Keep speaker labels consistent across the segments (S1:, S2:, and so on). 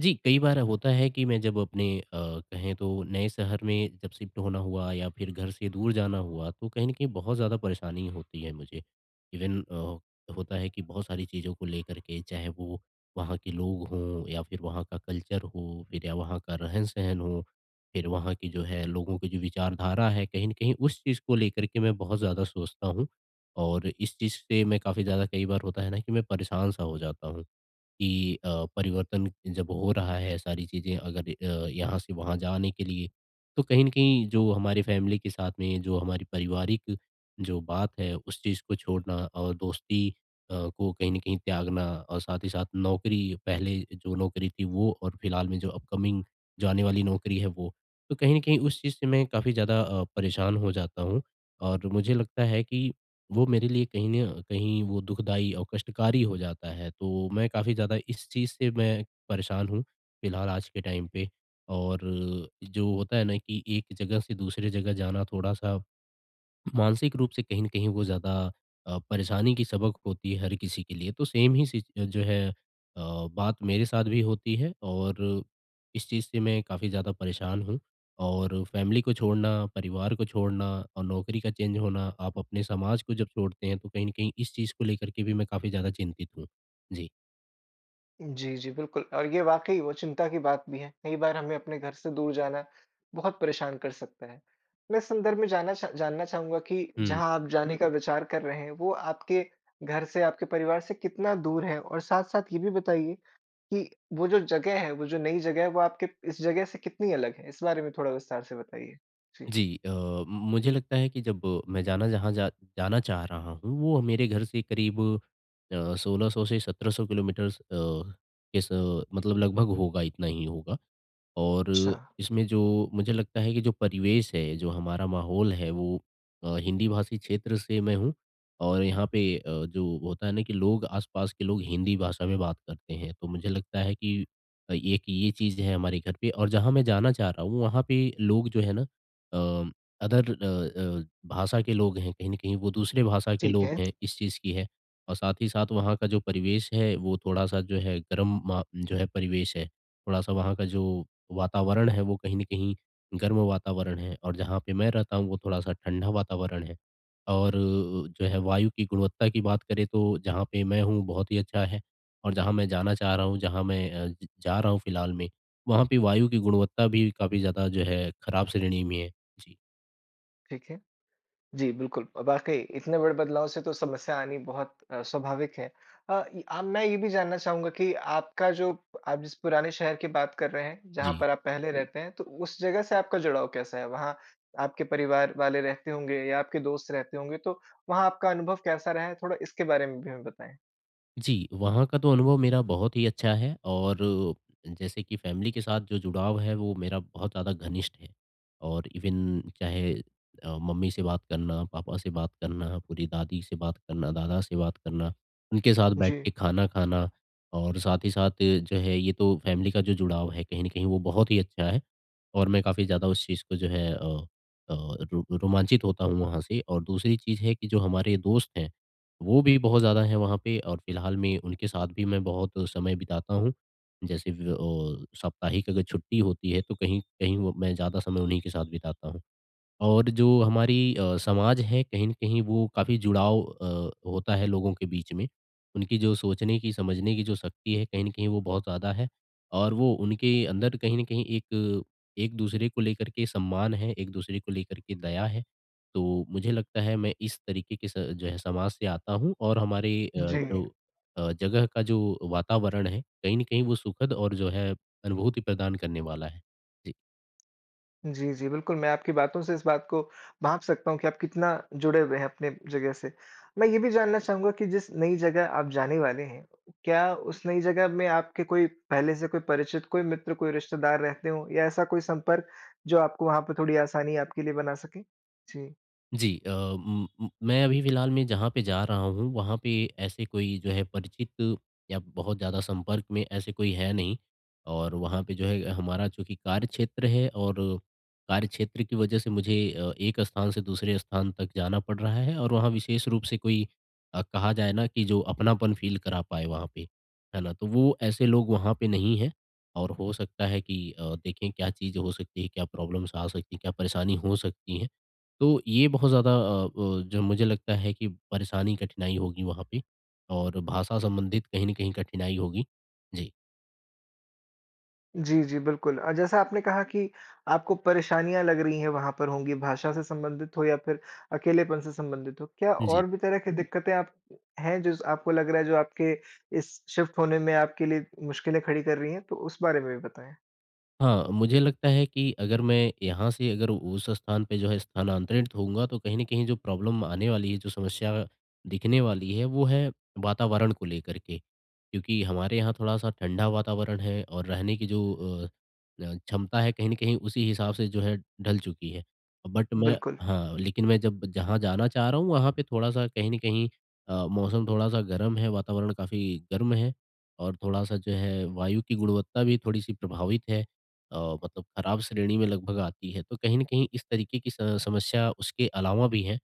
S1: जी, कई बार होता है कि मैं जब अपने कहें तो नए शहर में जब शिफ्ट होना हुआ या फिर घर से दूर जाना हुआ, तो कहीं न कहीं बहुत ज़्यादा परेशानी होती है मुझे। इवन होता है कि बहुत सारी चीज़ों को लेकर के, चाहे वो वहाँ के लोग हों या फिर वहाँ का कल्चर हो, फिर या वहाँ का रहन-सहन हो, फिर वहाँ की जो है लोगों की जो विचारधारा है, कहीं न कहीं उस चीज़ को लेकर के मैं बहुत ज़्यादा सोचता हूँ। और इस चीज़ से मैं काफ़ी ज़्यादा, कई बार होता है ना, कि मैं परेशान-सा हो जाता हूँ। कि परिवर्तन जब हो रहा है, सारी चीज़ें अगर यहाँ से वहाँ जाने के लिए, तो कहीं न कहीं जो हमारे फ़ैमिली के साथ में, जो हमारी पारिवारिक जो बात है, उस चीज़ को छोड़ना, और दोस्ती को कहीं न कहीं त्यागना, और साथ ही साथ नौकरी, पहले जो नौकरी थी वो, और फिलहाल में जो अपकमिंग, जो आने वाली नौकरी है वो। तो कहीं न कहीं उस चीज़ से मैं काफ़ी ज़्यादा परेशान हो जाता हूँ, और मुझे लगता है कि वो मेरे लिए कहीं न कहीं, वो दुखदाई और कष्टकारी हो जाता है, तो मैं काफ़ी ज़्यादा इस चीज़ से मैं परेशान हूँ, फिलहाल आज के टाइम पे। और जो होता है ना, कि एक जगह से दूसरे जगह जाना थोड़ा-सा मानसिक रूप से कहीं न कहीं वो ज़्यादा परेशानी की सबक होती है हर किसी के लिए। तो सेम ही सिच जो है, बात मेरे साथ भी होती है, और इस चीज़ से मैं काफ़ी ज़्यादा परेशान हूँ। और फैमिली को छोड़ना, परिवार को छोड़ना, और नौकरी का चेंज होना, आप अपने समाज को जब छोड़ते हैं, तो कहीं न कहीं इस चीज़ को लेकर के भी मैं काफ़ी ज़्यादा चिंतित हूँ। जी।
S2: जी, जी, बिल्कुल। और ये वाक़ई वो चिंता की बात भी है। कई बार हमें अपने घर से दूर जाना बहुत परेशान कर सकता है। मैं इस संदर्भ में जानना चाहूँगा कि
S1: हुँ।
S2: जहाँ आप जाने का विचार कर रहे हैं, वो आपके घर से, आपके परिवार से कितना दूर है? और साथ-साथ ये भी बताइए कि वो जो जगह है, वो जो नई जगह है, वो आपके इस जगह से कितनी अलग है? इस बारे में थोड़ा विस्तार से बताइए। जी।
S1: जी, मुझे लगता है कि जब मैं जाना जहाँ जा जाना चाह रहा हूँ, वो मेरे घर से करीब 1600 से 1700 किलोमीटर्स अ, के स मतलब लगभग होगा, इतना ही होगा। और
S2: अच्छा,
S1: इसमें जो मुझे लगता है कि, जो परिवेश है, जो हमारा माहौल है वो, हिंदी भाषी क्षेत्र से मैं हूँ, और यहाँ पे जो होता है ना, कि लोग, आस-पास के लोग हिंदी भाषा में बात करते हैं। तो मुझे लगता है कि एक ये चीज़ है हमारे घर पे, और जहाँ मैं जाना चाह रहा हूँ वहाँ पे लोग जो है ना अ, अदर अ भाषा के लोग हैं, कहीं न कहीं वो दूसरे भाषा के
S2: ठीक
S1: लोग
S2: है,
S1: हैं, इस चीज़ की है। और साथ ही साथ वहाँ का जो परिवेश है, वो थोड़ा-सा जो है गर्म मा जो है परिवेश है। थोड़ा-सा वहाँ का जो वातावरण है, वो कहीं न कहीं गर्म वातावरण है, और जहाँ पे मैं रहता हूँ वो थोड़ा-सा ठंडा वातावरण है। और जो है वायु की गुणवत्ता की बात करें, तो जहाँ पे मैं हूँ बहुत ही अच्छा है, और जहाँ मैं जाना चाह रहा हूँ, जहाँ मैं अ, ज जा रहा हूँ फिलहाल में, वहाँ पे वायु की गुणवत्ता भी काफ़ी ज़्यादा जो है खराब श्रेणी में है। जी।
S2: ठीक है। जी, बिल्कुल। वाक़ई इतने बड़े बदलाव से तो समस्या आनी बहुत स्वाभाविक है। अ, इ आ मैं ये भी जानना चाहूँगा कि आपका जो आप जिस पुराने शहर की बात कर रहे हैं, जहाँ
S1: जी।
S2: पर आप पहले हुँ। रहते हैं, तो उस जगह से आपका जुड़ाव कैसा है? वहाँ आपके परिवार वाले रहते होंगे या आपके दोस्त रहते होंगे, तो वहाँ आपका अनुभव कैसा रहा है? थोड़ा इसके बारे में भी हमें बताएँ।
S1: जी, वहाँ का तो अनुभव मेरा बहुत ही अच्छा है, और जैसे कि फ़ैमिली के साथ जो जुड़ाव है वो मेरा बहुत ज़्यादा घनिष्ठ है। और इवन चाहे मम्मी से बात करना, पापा से बात करना, पूरी दादी से बात करना, दादा से बात करना, उनके साथ बैठ
S2: जी।
S1: के खाना खाना, और साथ ही साथ जो है, ये तो फ़ैमिली का जो जुड़ाव है कहीं न कहीं वो बहुत ही अच्छा है। और मैं काफ़ी ज़्यादा उस चीज़ को जो है अ अ, रो रोमांचित होता हूँ वहाँ से। और दूसरी चीज़ है कि जो हमारे दोस्त हैं, वो भी बहुत ज़्यादा हैं वहाँ पे, और फ़िलहाल में उनके साथ भी मैं बहुत समय बिताता हूँ। जैसे साप्ताहिक अगर छुट्टी होती है, तो कहीं कहीं वो मैं ज़्यादा समय उन्हीं के साथ बिताता हूँ। और जो हमारी समाज है, कहीं न कहीं वो काफ़ी जुड़ाव होता है लोगों के बीच में। उनकी जो सोचने की, समझने की जो शक्ति है, कहीं न कहीं वो बहुत ज़्यादा है। और वो उनके अंदर कहीं न कहीं एक एक-दूसरे को लेकर के सम्मान है, एक-दूसरे को लेकर के दया है। तो मुझे लगता है मैं इस तरीके के स जो है समाज से आता हूँ, और हमारे
S2: जी।
S1: जो जगह का जो वातावरण है, कहीं न कहीं वो सुखद और जो है अनुभूति प्रदान करने वाला है। जी।
S2: जी, जी, बिल्कुल। मैं आपकी बातों से इस बात को भाँप सकता हूँ कि आप कितना जुड़े हुए हैं अपने जगह से। मैं ये भी जानना चाहूँगा कि जिस नई जगह आप जाने वाले हैं, क्या उस नई जगह में आपके कोई पहले से कोई परिचित, कोई मित्र, कोई रिश्तेदार रहते हों या ऐसा कोई संपर्क जो आपको वहाँ पे थोड़ी आसानी आपके लिए बना सके? जी।
S1: जी, अ, म म मैं अभी फ़िलहाल में जहाँ पे जा रहा हूँ, वहाँ पे ऐसे कोई जो है परिचित या बहुत ज़्यादा संपर्क में ऐसे कोई है नहीं। और वहाँ पे जो है हमारा, चूँकि कार्यक्षेत्र है, और कार्यक्षेत्र की वजह से मुझे एक स्थान से दूसरे स्थान तक जाना पड़ रहा है, और वहाँ विशेष रूप से कोई कहा जाए ना कि जो अपनापन फ़ील करा पाए वहाँ पे, है ना? तो वो ऐसे लोग वहाँ पे नहीं हैं। और हो सकता है कि देखें क्या चीज़ हो सकती है, क्या प्रॉब्लम्स आ सकती हैं, क्या परेशानी हो सकती है। तो ये बहुत ज़्यादा जो मुझे लगता है कि परेशानी, कठिनाई होगी वहाँ पे, और भाषा संबंधित कहीं न कहीं कठिनाई होगी। जी।
S2: जी, जी, बिल्कुल। जैसा आपने कहा कि आपको परेशानियाँ लग रही हैं वहाँ पर होंगी, भाषा से संबंधित हो या फिर अकेलेपन से संबंधित हो। क्या
S1: जी
S2: और भी तरह की, जी, दिक्कतें आप हैं जो स आपको लग रहा है जो आपके इस शिफ्ट होने में आपके लिए मुश्किलें खड़ी कर रही हैं? तो उस बारे में भी बताएँ।
S1: हाँ, मुझे लगता है कि अगर मैं यहाँ से अगर उस स्थान पे जो है स्थानांतरित होऊँगा, तो कहीं न कहीं जो प्रॉब्लम आने वाली है, जो समस्या दिखने वाली है वो है वातावरण को लेकर के। क्योंकि हमारे यहाँ थोड़ा-सा ठंडा वातावरण है और रहने की जो क्षमता है कहीं न कहीं उसी हिसाब से जो है ढल चुकी है। बट मैं
S2: बिल्कुल,
S1: हाँ, लेकिन मैं जब जहाँ जाना चाह रहा हूँ वहाँ पे थोड़ा-सा कहीं न कहीं मौसम थोड़ा-सा गर्म है, वातावरण काफ़ी गर्म है, और थोड़ा-सा जो है वायु की गुणवत्ता भी थोड़ी-सी प्रभावित है। अ, मतलब खराब श्रेणी में लगभग आती है। तो कहीं न कहीं इस तरीके की स समस्या उसके अलावा भी है।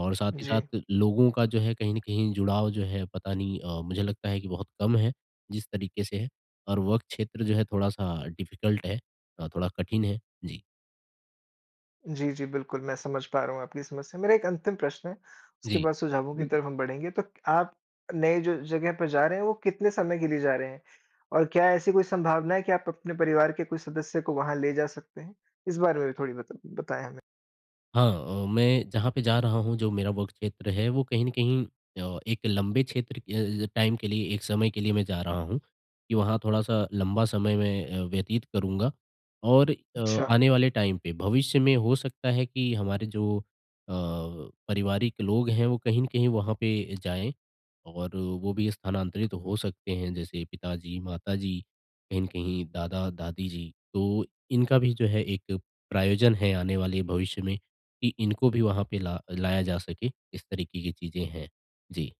S1: और साथ ही
S2: जी।
S1: साथ लोगों का जो है कहीं न कहीं जुड़ाव, जो है पता नहीं मुझे लगता है कि बहुत कम है जिस तरीके से है, और वर्क क्षेत्र जो है थोड़ा-सा डिफ़िकल्ट है, थोड़ा कठिन है। जी।
S2: जी, जी, बिल्कुल। मैं समझ पा रहा हूँ आपकी समस्या। मेरा एक अंतिम प्रश्न है, उसके बाद सुझावों की हुँ। तरफ हम बढ़ेंगे। तो आप नए जो जगह पर जा रहे हैं, वो कितने समय के लिए जा रहे हैं? और क्या ऐसी कोई संभावना है कि आप अपने परिवार के कोई सदस्य को वहाँ ले जा सकते हैं? इस बारे में भी थोड़ी बताएँ हमें।
S1: हाँ, मैं जहाँ पे जा रहा हूँ जो मेरा वर्क क्षेत्र है वो कहीं न कहीं, एक लंबे क्षेत्र के टाइम के लिए, एक समय के लिए मैं जा रहा हूँ, कि वहाँ थोड़ा-सा लंबा समय मैं व्यतीत करूँगा। और
S2: अच्छा।
S1: आने वाले टाइम पे, भविष्य में, हो सकता है कि हमारे जो पारिवारिक लोग हैं वो कहीं न कहीं वहाँ पे जाएँ, और वो भी स्थानांतरित हो सकते हैं, जैसे पिताजी, माताजी, कहीं न कहीं दादा-दादी जी। तो इनका भी जो है एक प्रायोजन है आने वाले भविष्य में, कि इनको भी वहाँ पे ला लाया जा सके, इस तरीके की चीज़ें हैं। जी,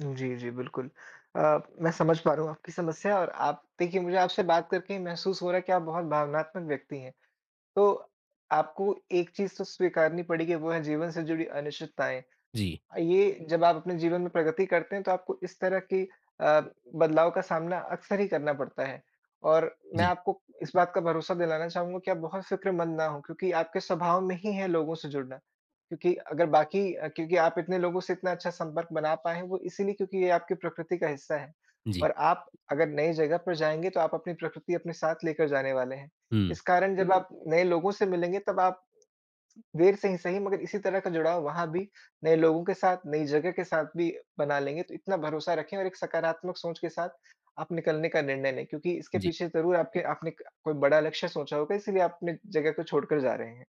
S2: जी, जी, बिल्कुल। मैं समझ पा रहा हूँ आपकी समस्या। और आप देखिए, मुझे आपसे बात करके ही महसूस हो रहा है कि आप बहुत भावनात्मक व्यक्ति हैं। तो आपको एक चीज़ तो स्वीकारनी पड़ेगी, वो है जीवन से जुड़ी अनिश्चितताएँ।
S1: जी,
S2: ये जब आप अपने जीवन में प्रगति करते हैं तो आपको इस तरह की अ, बदलाव का सामना अक्सर ही करना पड़ता है। और मैं
S1: जी,
S2: आपको इस बात का भरोसा दिलाना चाहूँगा कि आप बहुत फ़िक्रमंद ना हों, क्योंकि आपके स्वभाव में ही है लोगों से जुड़ना। क्योंकि अगर बाकी अ, क्योंकि आप इतने लोगों से इतना अच्छा संपर्क बना पाए हैं, वो इसीलिए क्योंकि ये आपकी प्रकृति का हिस्सा है।
S1: जी।
S2: और आप अगर नई जगह पर जाएँगे, तो आप अपनी प्रकृति अपने साथ लेकर जाने वाले हैं।
S1: हुँ,
S2: इस कारण जब हुँ। आप नए लोगों से मिलेंगे, तब आप देर से ही सही मगर इसी तरह का जुड़ाव वहाँ भी नए लोगों के साथ, नई जगह के साथ भी बना लेंगे, तो इतना भरोसा रखें और एक सकारात्मक सोच के साथ आप निकलने का निर्णय लें, क्योंकि इसके
S1: जी,
S2: पीछे ज़रूर आपके आपने क कोई बड़ा लक्ष्य सोचा होगा, इसीलिए आप अपने जगह को छोड़कर जा रहे हैं।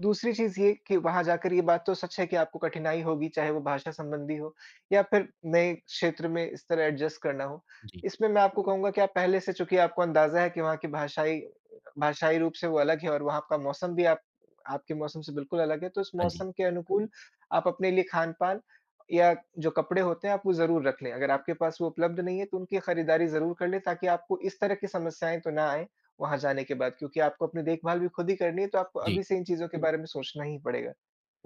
S2: दूसरी चीज़ ये कि वहाँ जाकर ये बात तो सच है कि आपको कठिनाई होगी, चाहे वो भाषा संबंधी हो या फिर नए क्षेत्र में इस तरह एडजस्ट करना हो।
S1: जी,
S2: इसमें मैं आपको कहूँगा कि आप पहले से चूँकि आपको अंदाज़ा है कि वहाँ की भाषाई भाषाई रूप से वो अलग है और वहाँ का मौसम भी आप आपके मौसम से बिल्कुल अलग है, तो इस
S1: हाँ जी,
S2: मौसम के अनुकूल आप अपने लिए खान-पान या जो कपड़े होते हैं, आप वो ज़रूर रख लें। अगर आपके पास वो उपलब्ध नहीं है, तो उनकी खरीदारी ज़रूर कर लें ताकि आपको इस तरह की समस्याएँ तो ना आएँ वहाँ जाने के बाद, क्योंकि आपको अपनी देखभाल भी खुद ही करनी है, तो आपको
S1: जी,
S2: अभी से इन चीज़ों के हुँ। बारे में सोचना ही पड़ेगा।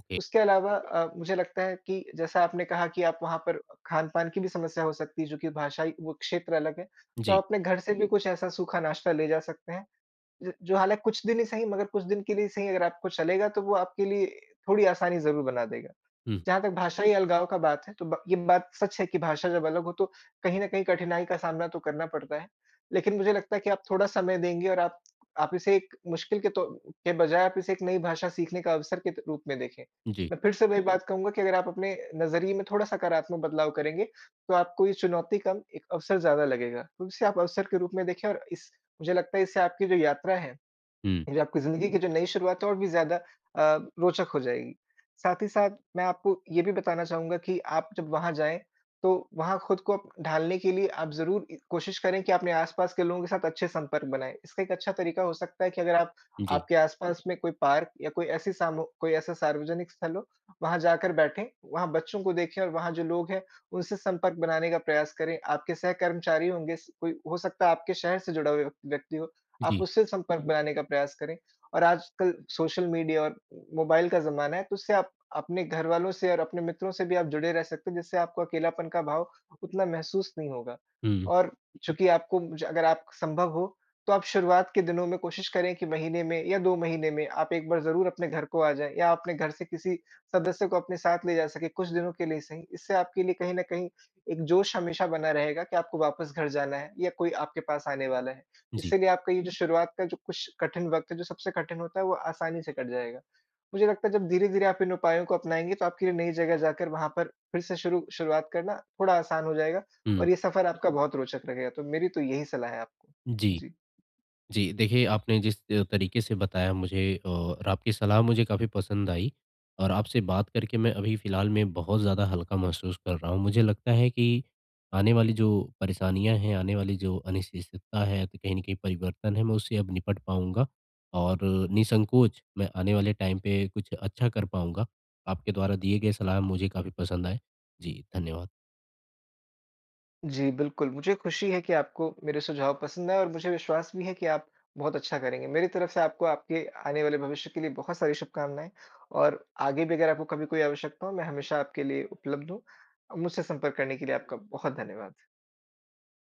S1: ओके,
S2: उसके अलावा मुझे लगता है कि जैसा आपने कहा कि आप वहाँ पर खान-पान की भी समस्या हो सकती है, जो कि भाषाई वो क्षेत्र अलग है, तो
S1: जी,
S2: आप अपने घर से भी, जी, कुछ ऐसा सूखा नाश्ता ले जा सकते हैं, ज जो हालाँकि कुछ दिन ही सही मगर कुछ दिन के लिए सही अगर आपको चलेगा, तो वो आपके लिए थोड़ी आसानी ज़रूर बना देगा।
S1: हुँ,
S2: जहाँ तक भाषाई अलगाव का बात है, तो ब ये बात सच है कि भाषा जब अलग हो तो कहीं न कहीं कठिनाई का सामना तो करना पड़ता है। लेकिन मुझे लगता है कि आप थोड़ा समय देंगे और आप इसे एक मुश्किल के बजाय आप इसे एक नई भाषा सीखने का अवसर के त रूप में देखें।
S1: जी,
S2: मैं फिर से वही हुँ। बात कहूँगा कि अगर आप अपने नज़रिए में थोड़ा सकारात्मक बदलाव करेंगे, तो आपको ये चुनौती कम, एक अवसर ज़्यादा लगेगा। तो इसे आप अवसर के रूप में देखें और इस, मुझे लगता है, इससे आपकी जो यात्रा है,
S1: हुँ,
S2: फिर आपकी ज़िंदगी की जो नई शुरुआत है, और भी ज़्यादा रोचक हो जाएगी। साथ ही साथ मैं आपको ये भी बताना चाहूँगा कि आप जब वहाँ जाएँ, तो वहाँ खुद को अप ढालने के लिए आप ज़रूर इ कोशिश करें कि अपने आस-पास के लोगों के साथ अच्छे संपर्क बनाएँ। इसका एक अच्छा तरीका हो सकता है कि अगर आप
S1: जी,
S2: आपके आस-पास में कोई पार्क या कोई ऐसी सामू कोई ऐसा सार्वजनिक स्थल हो, वहाँ जाकर बैठें, वहाँ बच्चों को देखें और वहाँ जो लोग हैं, उनसे संपर्क बनाने का प्रयास करें। आपके सहकर्मचारी होंगे, स कोई हो सकता है आपके शहर से जुड़ा हुआ व्यक्ति व्यक्ति हो, आप
S1: जी,
S2: उससे संपर्क बनाने का प्रयास करें। और आजकल सोशल मीडिया और मोबाइल का ज़माना है, तो उससे आप अपने घरवालों से और अपने मित्रों से भी आप जुड़े रह सकते हैं, जिससे आपको अकेलापन का भाव उतना महसूस नहीं होगा।
S1: हुँ,
S2: और चूँकि आपको ज अगर आप संभव हो, तो आप शुरुआत के दिनों में कोशिश करें कि महीने में या 2 महीने में आप एक बार ज़रूर अपने घर को आ जाएँ या अपने घर से किसी सदस्य को अपने साथ ले जा सकें, कुछ दिनों के लिए सही। इससे आपके लिए कहीं न कहीं एक जोश हमेशा बना रहेगा कि आपको वापस घर जाना है या कोई आपके पास आने वाला है।
S1: जी,
S2: इसीलिए आपका ये जो शुरुआत का जो कुछ कठिन वक़्त है, जो सबसे कठिन होता है, वो आसानी से कट जाएगा। मुझे लगता है जब धीरे-धीरे आप इन उपायों को अपनाएँगे, तो आपके लिए नई जगह जाकर वहाँ पर फिर से शुरू शुरुआत करना थोड़ा आसान हो जाएगा
S1: हुँ,
S2: और ये सफ़र आपका बहुत रोचक रहेगा। तो मेरी तो यही सलाह है आपको।
S1: जी।
S2: जी।
S1: जी, देखिए, आपने जिस तरीके से बताया मुझे, और आपकी सलाह मुझे काफ़ी पसंद आई। और आपसे बात करके मैं अभी फ़िलहाल में बहुत ज़्यादा हल्का महसूस कर रहा हूँ। मुझे लगता है कि आने वाली जो परेशानियाँ हैं, आने वाली जो अनिश्चितता है, तो कहीं न कहीं परिवर्तन है, मैं उससे अब निपट पाऊँगा। और निसंकोच मैं आने वाले टाइम पे कुछ अच्छा कर पाऊँगा। आपके द्वारा दिए गए सलाह मुझे काफ़ी पसंद आए। जी, धन्यवाद।
S2: जी, बिल्कुल। मुझे खुशी है कि आपको मेरे सुझाव पसंद आए और मुझे विश्वास भी है कि आप बहुत अच्छा करेंगे। मेरी तरफ से आपको आपके आने वाले भविष्य के लिए बहुत सारी शुभकामनाएँ। और आगे भी अगर आपको कभी कोई आवश्यकता हो, मैं हमेशा आपके लिए उपलब्ध हूँ। मुझसे संपर्क करने के लिए आपका बहुत धन्यवाद।